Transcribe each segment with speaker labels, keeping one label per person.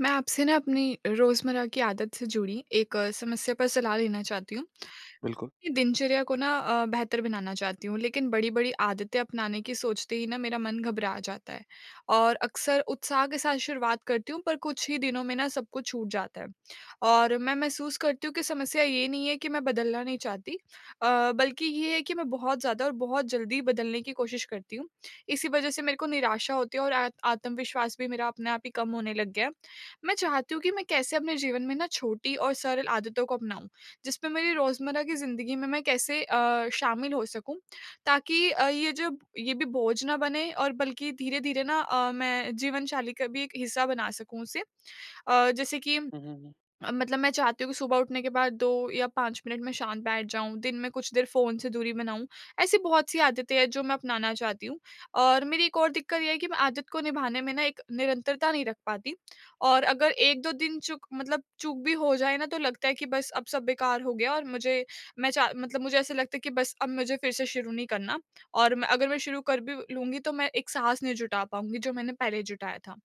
Speaker 1: मैं आपसे ना अपनी रोज़मर्रा की आदत से जुड़ी एक समस्या पर सलाह लेना चाहती हूँ। अपनी
Speaker 2: बिल्कुल।
Speaker 1: दिनचर्या को ना बेहतर बनाना चाहती हूँ, लेकिन बड़ी-बड़ी आदतें अपनाने की सोचते ही ना मेरा मन घबरा जाता है और अक्सर उत्साह के साथ शुरुआत करती हूँ, पर कुछ ही दिनों में ना सब कुछ छूट जाता है। और मैं महसूस करती हूँ कि समस्या ये नहीं है कि मैं बदलना नहीं चाहती, बल्कि ये है कि मैं बहुत ज़्यादा और बहुत जल्दी बदलने की कोशिश करती हूँ। इसी वजह से मेरे को निराशा होती है और आत आत्मविश्वास भी मेरा अपने आप ही कम होने लग गया है। मैं चाहती हूँ कि मैं कैसे अपने जीवन में ना छोटी और सरल आदतों को अपनाऊँ। जिस पे मेरी रोज़मर्रा की ज़िंदगी में मैं कैसे शामिल हो सकूँ, ताकि ये जब ये भी बोझ ना बने और बल्कि धीरे-धीरे ना मैं जीवन शैली का भी एक हिस्सा बना सकूँ उसे। जैसे कि
Speaker 2: हुँ, हुँ, हुँ।
Speaker 1: मतलब मैं चाहती हूँ कि सुबह उठने के बाद 2 या 5 मिनट मैं शांत बैठ जाऊँ, दिन में कुछ देर फ़ोन से दूरी बनाऊँ। ऐसी बहुत-सी आदतें हैं जो मैं अपनाना चाहती हूँ और मेरी एक और दिक्कत ये है कि मैं आदत को निभाने में ना एक निरंतरता नहीं रख पाती, और अगर 1-2 दिन चूक मतलब चूक भी हो जाए ना तो लगता है कि बस अब सब बेकार हो गया। और मुझे मैं चा मतलब मुझे ऐसा लगता है कि बस अब मुझे फिर से शुरू नहीं करना, और मैं अगर मैं शुरू कर भी लूँगी तो मैं एक साहस नहीं जुटा पाऊँगी जो मैंने पहले जुटाया था।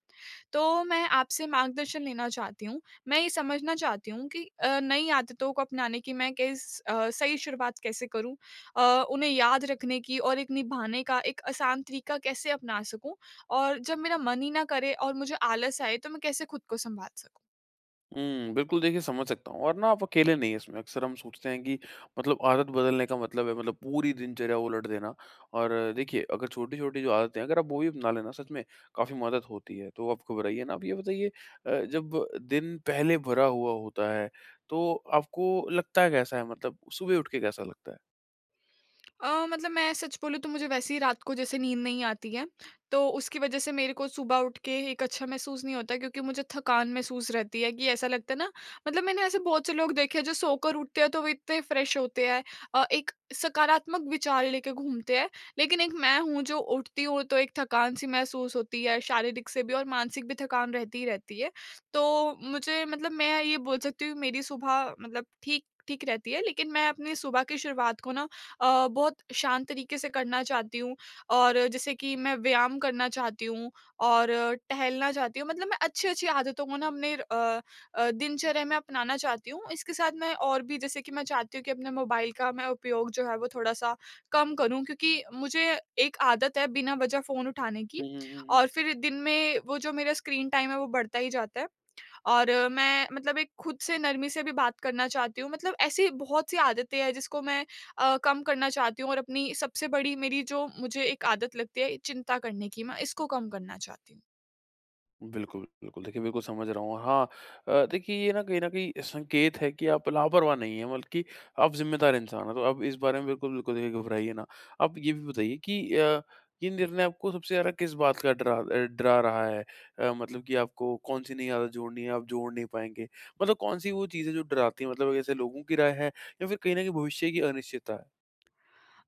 Speaker 1: तो मैं आपसे मार्गदर्शन लेना चाहती हूँ। मैं ये समझना चाहती हूँ कि नई आदतों को अपनाने की मैं किस सही शुरुआत कैसे करूँ? अ, उन्हें याद रखने की और एक निभाने का एक आसान तरीका कैसे अपना सकूँ? और जब मेरा मन ही ना करे और मुझे आलस आए तो मैं कैसे खुद को सँभाल सकूँ?
Speaker 2: हुँ, बिल्कुल देखिए समझ सकता हूँ और ना आप अकेले नहीं हैं इसमें। अक्सर हम सोचते हैं कि मतलब आदत बदलने का मतलब है मतलब पूरी दिनचर्या उलट देना। और देखिए अगर छोटी-छोटी जो आदतें हैं अगर आप वो भी अपना लें ना सच में काफ़ी मदद होती है। तो आप घबराइए ना। आप ये बताइए जब दिन पहले भरा हुआ होता है तो आपको लगता है कैसा है मतलब सुबह उठ के कैसा लगता है?
Speaker 1: मतलब मैं सच बोलूँ तो मुझे वैसे ही रात को जैसे नींद नहीं आती है, तो उसकी वज़ह से मेरे को सुबह उठ के एक अच्छा महसूस नहीं होता क्योंकि मुझे थकान महसूस रहती है कि ऐसा लगता है ना। मतलब मैंने ऐसे बहुत से लोग देखे हैं जो सोकर उठते हैं तो वो इतने फ्रेश होते हैं, एक सकारात्मक विचार लेके घूमते हैं। लेकिन एक मैं हूँ जो उठती हूँ तो एक थकान सी महसूस होती है, शारीरिक से भी और मानसिक भी थकान रहती ही रहती है। तो मुझे मतलब मैं ये बोल सकती हूँ मेरी सुबह मतलब ठीक ठीक रहती है, लेकिन मैं अपनी सुबह की शुरुआत को ना बहुत शांत तरीके से करना चाहती हूँ और जैसे कि मैं व्यायाम करना चाहती हूँ और टहलना चाहती हूँ। मतलब मैं अच्छी-अच्छी आदतों को ना दिनचर्या में अपनाना चाहती हूँ। इसके साथ मैं और भी जैसे कि मैं चाहती हूँ कि अपने मोबाइल का मैं उपयोग जो है वो थोड़ा-सा कम करूँ क्योंकि मुझे एक आदत है बिना वजह फ़ोन उठाने की
Speaker 2: हुँ, हुँ, हुँ,
Speaker 1: और
Speaker 2: हुँ।
Speaker 1: फिर दिन में वो जो मेरा स्क्रीन टाइम है वो बढ़ता ही जाता है। और मैं मतलब एक खुद से नरमी से भी बात करना चाहती हूँ। मतलब ऐसी बहुत सी आदतें हैं जिसको मैं कम करना चाहती हूँ और अपनी सबसे बड़ी मेरी जो मुझे एक आदत लगती है चिंता करने की, मैं इसको कम करना चाहती हूँ।
Speaker 2: बिल्कुल, बिल्कुल। देखिए, बिल्कुल समझ रहा हूँ। हाँ, देखिए ये ना कहीं न कहीं संकेत है कि आप लापरवाह नहीं हैं बल्कि आप ज़िम्मेदार इंसान हैं। तो आप इस बारे में बिल्कुल, बिल्कुल देखिए घबराइए ना। आप ये भी बताइए कि ये निर्णय आपको सबसे ज़्यादा किस बात का डरा रहा है? मतलब कि आपको कौन-सी नई आदत जोड़नी है, आप जोड़ नहीं पाएँगे? मतलब कौन-सी वो चीज़ें जो डराती हैं? मतलब जैसे लोगों की राय है या फिर कहीं न कहीं भविष्य की अनिश्चितता है?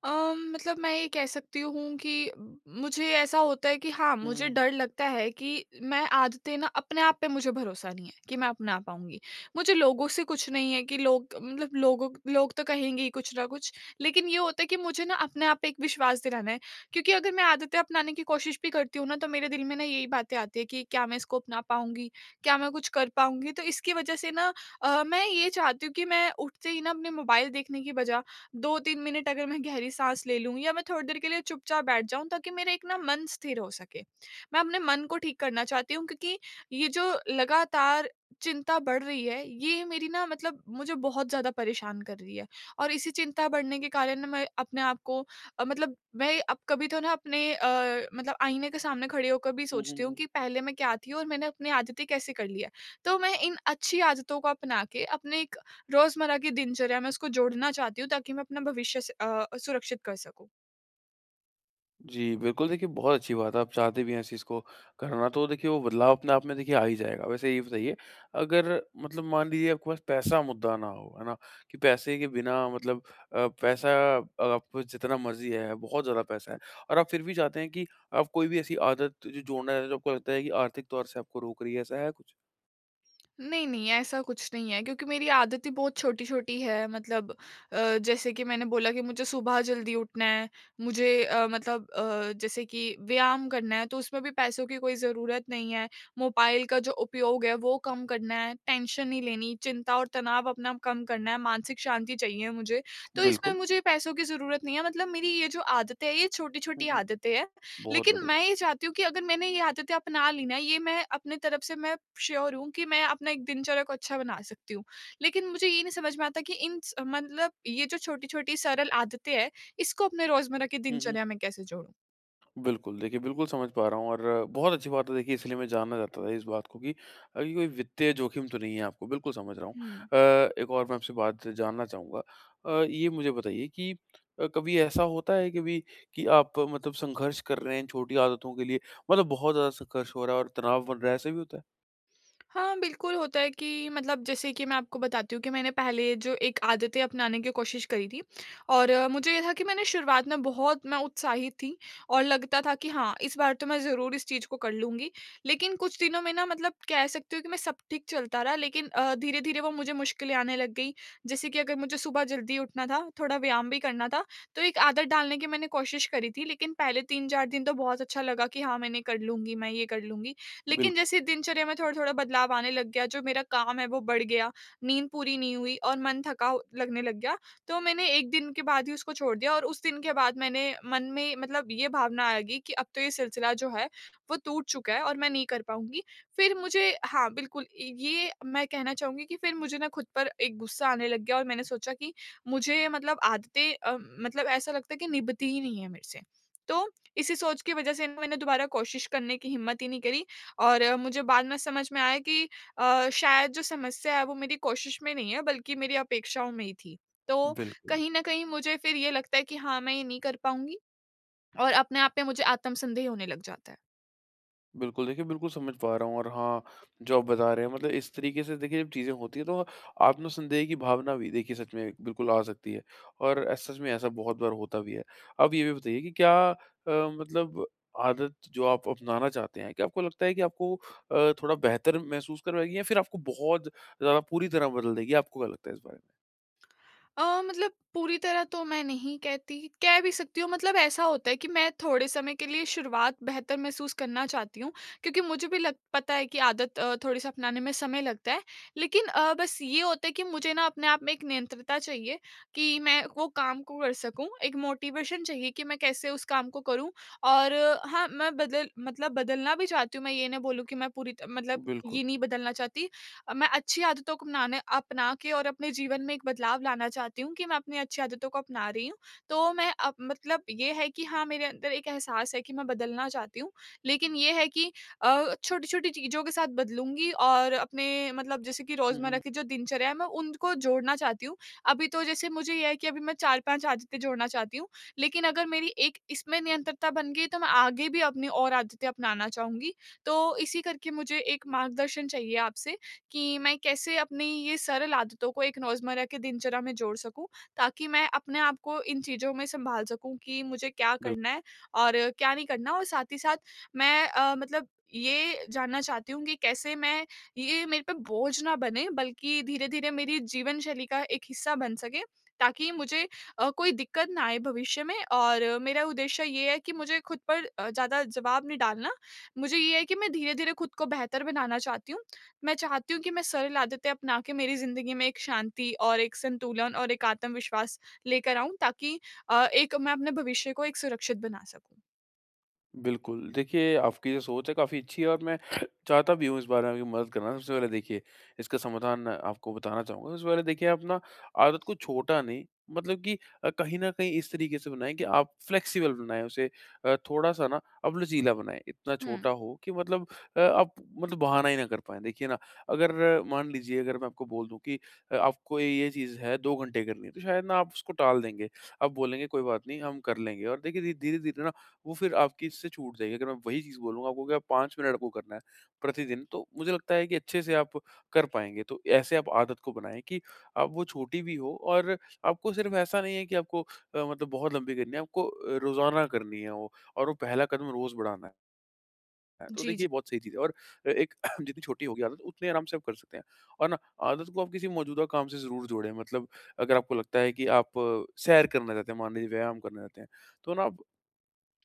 Speaker 1: मतलब मैं ये कह सकती हूँ कि मुझे ऐसा होता है कि हाँ,
Speaker 2: हुँ,
Speaker 1: मुझे
Speaker 2: हुँ।
Speaker 1: डर लगता है कि मैं आदतें ना अपने आप पे मुझे भरोसा नहीं है कि मैं अपना पाऊँगी। मुझे लोगों से कुछ नहीं है कि लोग मतलब लोग तो कहेंगे ही कुछ ना कुछ, लेकिन ये होता है कि मुझे ना अपने आप पे एक विश्वास दिलाना है। क्योंकि अगर मैं आदतें अपनाने की कोशिश भी करती हूँ ना, तो मेरे दिल में ना यही बातें आती हैं कि क्या मैं इसको अपना पाऊँगी? क्या मैं कुछ कर पाऊँगी? तो इसकी वजह से ना मैं ये चाहती हूँ कि मैं उठते ही ना अपने मोबाइल देखने की बजाय 2-3 मिनट अगर मैं गहरी साँस ले लूँ या मैं थोड़ी देर के लिए चुपचाप बैठ जाऊँ ताकि मेरा एक ना मन स्थिर हो सके। मैं अपने मन को ठीक करना चाहती हूँ क्योंकि ये जो लगातार चिंता बढ़ रही है, ये मेरी ना मतलब मुझे बहुत ज़्यादा परेशान कर रही है और इसी चिंता बढ़ने के कारण ना मैं अपने आप को मतलब मैं अब कभी तो ना मतलब आईने के सामने खड़े होकर भी
Speaker 2: हुँ, हुँ,
Speaker 1: सोचती हूँ
Speaker 2: हुँ।
Speaker 1: कि पहले मैं क्या थी और मैंने अपनी आदतें कैसे कर ली है। तो मैं इन अच्छी आदतों को अपना के अपने रोज़मर्रा की दिनचर्या में उसको जोड़ना चाहती हूँ ताकि मैं अपना सुरक्षित कर सकूँ।
Speaker 2: जी, बिल्कुल देखिए बहुत अच्छी बात है, आप चाहते भी हैं इस चीज़ को करना, तो देखिए वो बदलाव अपने आप में देखिए आ ही जाएगा। वैसे ये बताइए अगर मतलब मान लीजिए आपके पास पैसा मुद्दा ना हो, है ना? कि पैसे के बिना मतलब पैसा आपको जितना मर्ज़ी है, बहुत ज़्यादा पैसा है और आप फिर भी चाहते हैं कि आप कोई भी ऐसी आदत जो जोड़ना है जो आपको लगता है कि आर्थिक तौर से आपको रोक रही है, ऐसा है कुछ?
Speaker 1: नहीं, नहीं, ऐसा कुछ नहीं है क्योंकि मेरी आदतें बहुत छोटी-छोटी है। मतलब जैसे कि मैंने बोला कि मुझे सुबह जल्दी उठना है, मुझे जैसे कि व्यायाम करना है तो उसमें भी पैसों की कोई ज़रूरत नहीं है, मोबाइल का जो उपयोग है वो कम करना है, टेंशन नहीं लेनी, चिंता और तनाव अपना कम करना है, मानसिक शांति चाहिए मुझे। तो इसमें
Speaker 2: बिल्कुल।
Speaker 1: मुझे पैसों की ज़रूरत नहीं है। मतलब मेरी ये जो आदतें हैं ये
Speaker 2: हुँ,
Speaker 1: छोटी-छोटी
Speaker 2: हुँ।
Speaker 1: आदतें हैं,
Speaker 2: बहुत
Speaker 1: लेकिन
Speaker 2: बढ़िया।
Speaker 1: मैं ये चाहती हूँ कि अगर मैंने ये आदतें अपना ली ना ये मैं अपने तरफ से मैं श्योर हूँ कि मैं अपना एक दिनचर्या को अच्छा बना सकती हूँ, लेकिन मुझे ये नहीं समझ में आता कि मतलब ये जो छोटी छोटी सरल आदतें हैं इसको अपने रोजमर्रा की
Speaker 2: हुँ, हुँ।
Speaker 1: दिनचर्या में कैसे जोड़ूं।
Speaker 2: बिल्कुल, देखिए बिल्कुल समझ पा रहा हूँ और बहुत अच्छी बात है देखिए, इसलिए मैं जानना चाहता था इस बात को कि ये कोई वित्तीय जोखिम तो नहीं है आपको, बिल्कुल समझ रहा हूँ। अ, एक और मैं आपसे बात जानना चाहूँगा। ये मुझे बताइए कि कभी ऐसा होता है कभी कि आप मतलब संघर्ष कर रहे हैं छोटी आदतों के लिए, मतलब बहुत ज़्यादा संघर्ष हो रहा है और तनाव बन रहा है, ऐसा भी होता है?
Speaker 1: हाँ, बिल्कुल होता है कि मतलब जैसे कि मैं आपको बताती हूँ कि मैंने पहले जो एक आदतें अपनाने की कोशिश करी थी, और मुझे ये था कि मैंने शुरुआत में बहुत मैं उत्साहित थी और लगता था कि हाँ, इस बार तो मैं ज़रूर इस चीज़ को कर लूँगी। लेकिन कुछ दिनों में ना मतलब कह सकती हूँ कि मैं सब ठीक चलता रहा, लेकिन धीरे-धीरे वो मुझे मुश्किलें आने लग गई। जैसे कि अगर मुझे सुबह जल्दी उठना था, थोड़ा व्यायाम भी करना था, तो एक आदत डालने की मैंने कोशिश करी थी। लेकिन पहले 3-4 दिन तो बहुत अच्छा लगा कि हाँ, मैंने कर लूँगी, मैं ये कर लूँगी।
Speaker 2: बिल
Speaker 1: लेकिन जैसे दिनचर्या में थोड़ा-थोड़ा बदलाव आने लग गया, जो मेरा काम है वो बढ़ गया, नींद पूरी नहीं हुई और मन थका हो लगने लग गया, तो मैंने 1 दिन के बाद ही उसको छोड़ दिया, और उस दिन के बाद मैंने मन में मतलब ये भावना आ गई कि अब तो ये सिलसिला जो है, वो टूट चुका है और मैं नहीं कर पाऊँगी। फिर मुझे हाँ, बिल्कुल ये मैं कहना चाहूँगी कि फिर मुझे ना खुद पर एक गुस्सा आने लग गया और मैंने सोचा कि मुझे मतलब आदतें मतलब ऐसा लगता है कि निभती ही नहीं है मेरे से। तो इसी सोच की वजह से ना मैंने दोबारा कोशिश करने की हिम्मत ही नहीं करी और मुझे बाद में समझ में आया कि शायद जो समस्या है वो मेरी कोशिश में नहीं है बल्कि मेरी अपेक्षाओं में ही थी। तो
Speaker 2: बिल्कुल।
Speaker 1: कहीं न कहीं मुझे फिर ये लगता है कि हाँ, मैं ये नहीं कर पाऊँगी और अपने आप पे मुझे आत्मसंदेह होने लग जाता है।
Speaker 2: बिल्कुल, देखिए बिल्कुल समझ पा रहा हूँ और हाँ, जो आप बता रहे हैं मतलब इस तरीके से देखिए जब चीज़ें होती हैं तो आत्मसन्देह की भावना भी देखिए सच में बिल्कुल आ सकती है और ऐ सच में ऐसा बहुत बार होता भी है। अब ये भी बताइए कि क्या मतलब आदत जो आप अपनाना चाहते हैं, क्या आपको लगता है कि आपको थोड़ा बेहतर महसूस करवाएगी या फिर आपको बहुत ज़्यादा पूरी तरह बदल देगी? आपको क्या लगता है इस बारे में?
Speaker 1: मतलब पूरी तरह तो मैं नहीं कहती, कह भी सकती हूँ। मतलब ऐसा होता है कि मैं थोड़े समय के लिए शुरुआत बेहतर महसूस करना चाहती हूँ, क्योंकि मुझे भी लग पता है कि आदत थोड़ी-सा अपनाने में समय लगता है। लेकिन बस ये होता है कि मुझे ना अपने आप में एक नियंत्रता चाहिए कि मैं वो काम को कर सकूँ, एक मोटिवेशन चाहिए कि मैं कैसे उस काम को करूँ, और हाँ, मैं बदल मतलब बदलना भी चाहती हूँ, मैं ये नहीं बोलूँ कि मैं पूरी त मतलब
Speaker 2: बिल्कुल।
Speaker 1: ये नहीं बदलना चाहती। मैं अच्छी आदतों को अपना के और अपने जीवन में एक बदलाव लाना चाहती हूँ कि मैं अपनी अच्छी आदतों को अपना रही हूँ। तो मैं अप मतलब ये है कि हाँ, मेरे अंदर एक एहसास है कि मैं बदलना चाहती हूँ। लेकिन ये है कि छोटी-छोटी चीज़ों के साथ बदलूँगी और अपने मतलब जैसे कि
Speaker 2: हुँ,
Speaker 1: रोज़मर्रा
Speaker 2: हुँ।
Speaker 1: की जो दिनचर्या है, मैं उनको जोड़ना चाहती हूँ। अभी तो जैसे मुझे ये है कि अभी मैं 4-5 आदतें जोड़ना चाहती हूँ। लेकिन अगर मेरी एक इसमें निरंतरता बन गई तो मैं आगे भी अपनी और आदतें अपनाना चाहूँगी। तो इसी करके मुझे एक मार्गदर्शन चाहिए आपसे कि मैं कैसे अपनी ये सरल आदतों को एक रोज़मर्रा की दिनचर्या में जोड़ सकूँ, ताकि मैं अपने आप को इन चीज़ों में सँभाल सकूँ कि मुझे क्या
Speaker 2: बिल्कुल।
Speaker 1: करना है और क्या नहीं करना, और साथ ही साथ मैं मतलब ये जानना चाहती हूँ कि कैसे मैं ये मेरे पे बोझ ना बने बल्कि धीरे-धीरे मेरी जीवन शैली का एक हिस्सा बन सके, ताकि मुझे कोई दिक्कत ना आए भविष्य में और मेरा उद्देश्य ये है कि मुझे खुद पर ज़्यादा जवाब नहीं डालना। मुझे ये है कि मैं धीरे-धीरे खुद को बेहतर बनाना चाहती हूँ। मैं चाहती हूँ कि मैं सरल आदतें अपना के मेरी ज़िंदगी में एक शांति और एक संतुलन और एक आत्मविश्वास लेकर आऊँ ताकि एक मैं अपने भविष्य को एक सुरक्षित बना सकूँ।
Speaker 2: बिल्कुल, देखिए आपकी जो सोच है काफ़ी अच्छी है और मैं चाहता भी हूँ इस बारे में आपकी मदद करना। सबसे पहले देखिए इसका समाधान आपको बताना चाहूँगा। सबसे पहले देखिए आप ना आदत को छोटा नहीं, मतलब कि कहीं न कहीं इस तरीके से बनाएँ कि आप फ्लेक्सिबल बनाएँ उसे, थोड़ा-सा ना आप लचीला बनाएँ। इतना
Speaker 1: हुँ।
Speaker 2: छोटा हो कि मतलब आप मतलब बहाना ही ना कर पाएँ। देखिए ना, अगर मान लीजिए अगर मैं आपको बोल दूँ कि आपको ये चीज़ है 2 घंटे करनी है तो शायद ना आप उसको टाल देंगे। आप बोलेंगे कोई बात नहीं हम कर लेंगे और देखिए धीरे-धीरे ना वो फिर आपकी इससे छूट जाएगी। अगर मैं वही चीज़ बोलूँगा आपको कि आप 5 मिनट आपको करना है प्रतिदिन, तो मुझे लगता है कि अच्छे से आप कर पाएँगे। तो ऐसे आप आदत को बनाएँ कि आप वो छोटी भी हो और आपको सिर्फ़ ऐसा नहीं है कि आपको मतलब बहुत लंबी करनी है, आपको रोज़ाना करनी है वो और वो पहला कदम रोज़ बढ़ाना है। तो
Speaker 1: जी,
Speaker 2: देखिए,
Speaker 1: जी।
Speaker 2: बहुत सही चीज़ है और एक जितनी छोटी होगी आदत, उतने आराम से आप कर सकते हैं। और ना आदत को आप किसी मौजूदा काम से ज़रूर जोड़ें। मतलब अगर आपको लगता है कि आप सैर करना चाहते हैं, मान लीजिए व्यायाम करना चाहते हैं, तो ना आप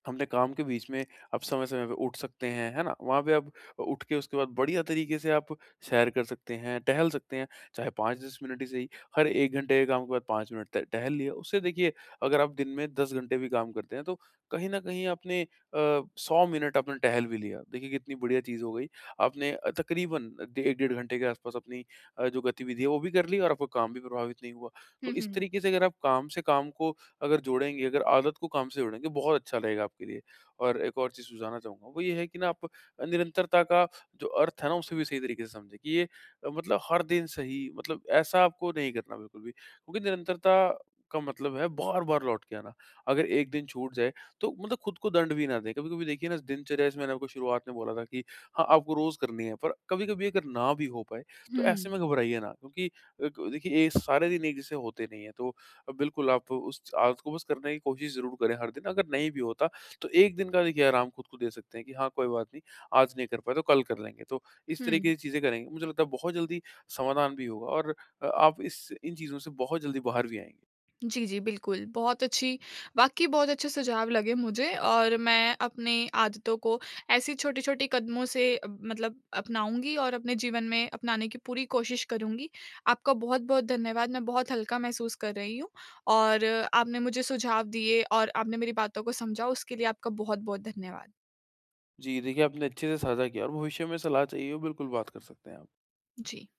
Speaker 2: हमने काम के बीच में आप समय-समय पे उठ सकते हैं, है ना? वहाँ पे आप उठ के उसके बाद बढ़िया तरीके से आप सैर कर सकते हैं, टहल सकते हैं, चाहे 5-10 मिनट ही सही। हर 1 घंटे के काम के बाद 5 मिनट त टहल लिया। उससे देखिए अगर आप दिन में 10 घंटे भी काम करते हैं, तो कहीं न कहीं आपने 100 मिनट आपने टहल भी लिया। देखिए कितनी बढ़िया चीज़ हो गई। आपने तकरीबन डे 1 डेढ़ घंटे के आसपास अपनी जो गतिविधि है वो भी कर ली और आपका काम भी प्रभावित नहीं हुआ।
Speaker 1: हुँ,
Speaker 2: तो इस
Speaker 1: हुँ।
Speaker 2: तरीके से अगर आप काम से काम को अगर जोड़ेंगे, अगर आदत को काम से जोड़ेंगे, बहुत अच्छा रहेगा आपके लिए। और एक और चीज़ सुझाना चाहूँगा, वो ये है कि ना आप निरंतरता का जो अर्थ है ना, उसे भी सही तरीके से समझें कि ये मतलब हर दिन सही, मतलब ऐसा आपको नहीं करना बिल्कुल भी। क्योंकि निरंतरता का मतलब है बार-बार लौट के आना। अगर एक दिन छूट जाए, तो मतलब खुद को दंड भी ना दें। कभी-कभी देखिए ना, दिनचर्या जैसे मैंने आपको शुरुआत में बोला था कि हाँ, आपको रोज़ करनी है, पर कभी-कभी अगर ना भी हो पाए,
Speaker 1: हुँ,
Speaker 2: तो ऐसे
Speaker 1: हुँ।
Speaker 2: में घबराइए ना क्योंकि देखिए ये सारे दिन एक जैसे होते नहीं हैं। तो बिल्कुल, आप उस आदत को बस करने की कोशिश ज़रूर करें हर दिन। अगर नहीं भी होता, तो 1 दिन का देखिए आराम खुद को दे सकते हैं कि हाँ, कोई बात नहीं, आज नहीं कर पाए तो कल कर लेंगे। तो इस
Speaker 1: हुँ।
Speaker 2: तरीके की चीज़ें करेंगे, मुझे लगता है बहुत जल्दी समाधान भी होगा और आप इस इन चीज़ों से बहुत जल्दी बाहर भी आएँगे।
Speaker 1: जी, जी, बिल्कुल। बहुत अच्छी वाक़ई बहुत अच्छे सुझाव लगे मुझे और मैं अपने आदतों को ऐसी छोटी-छोटी कदमों से मतलब अपनाऊँगी और अपने जीवन में अपनाने की पूरी कोशिश करूँगी। आपका बहुत-बहुत धन्यवाद, मैं बहुत हल्का महसूस कर रही हूँ, और आपने मुझे सुझाव दिए और आपने मेरी बातों को समझा, उसके लिए आपका बहुत-बहुत धन्यवाद।
Speaker 2: जी, देखिए आपने अच्छे से साझा किया और भविष्य में सलाह चाहिए हो, बिल्कुल बात कर सकते हैं आप।
Speaker 1: जी।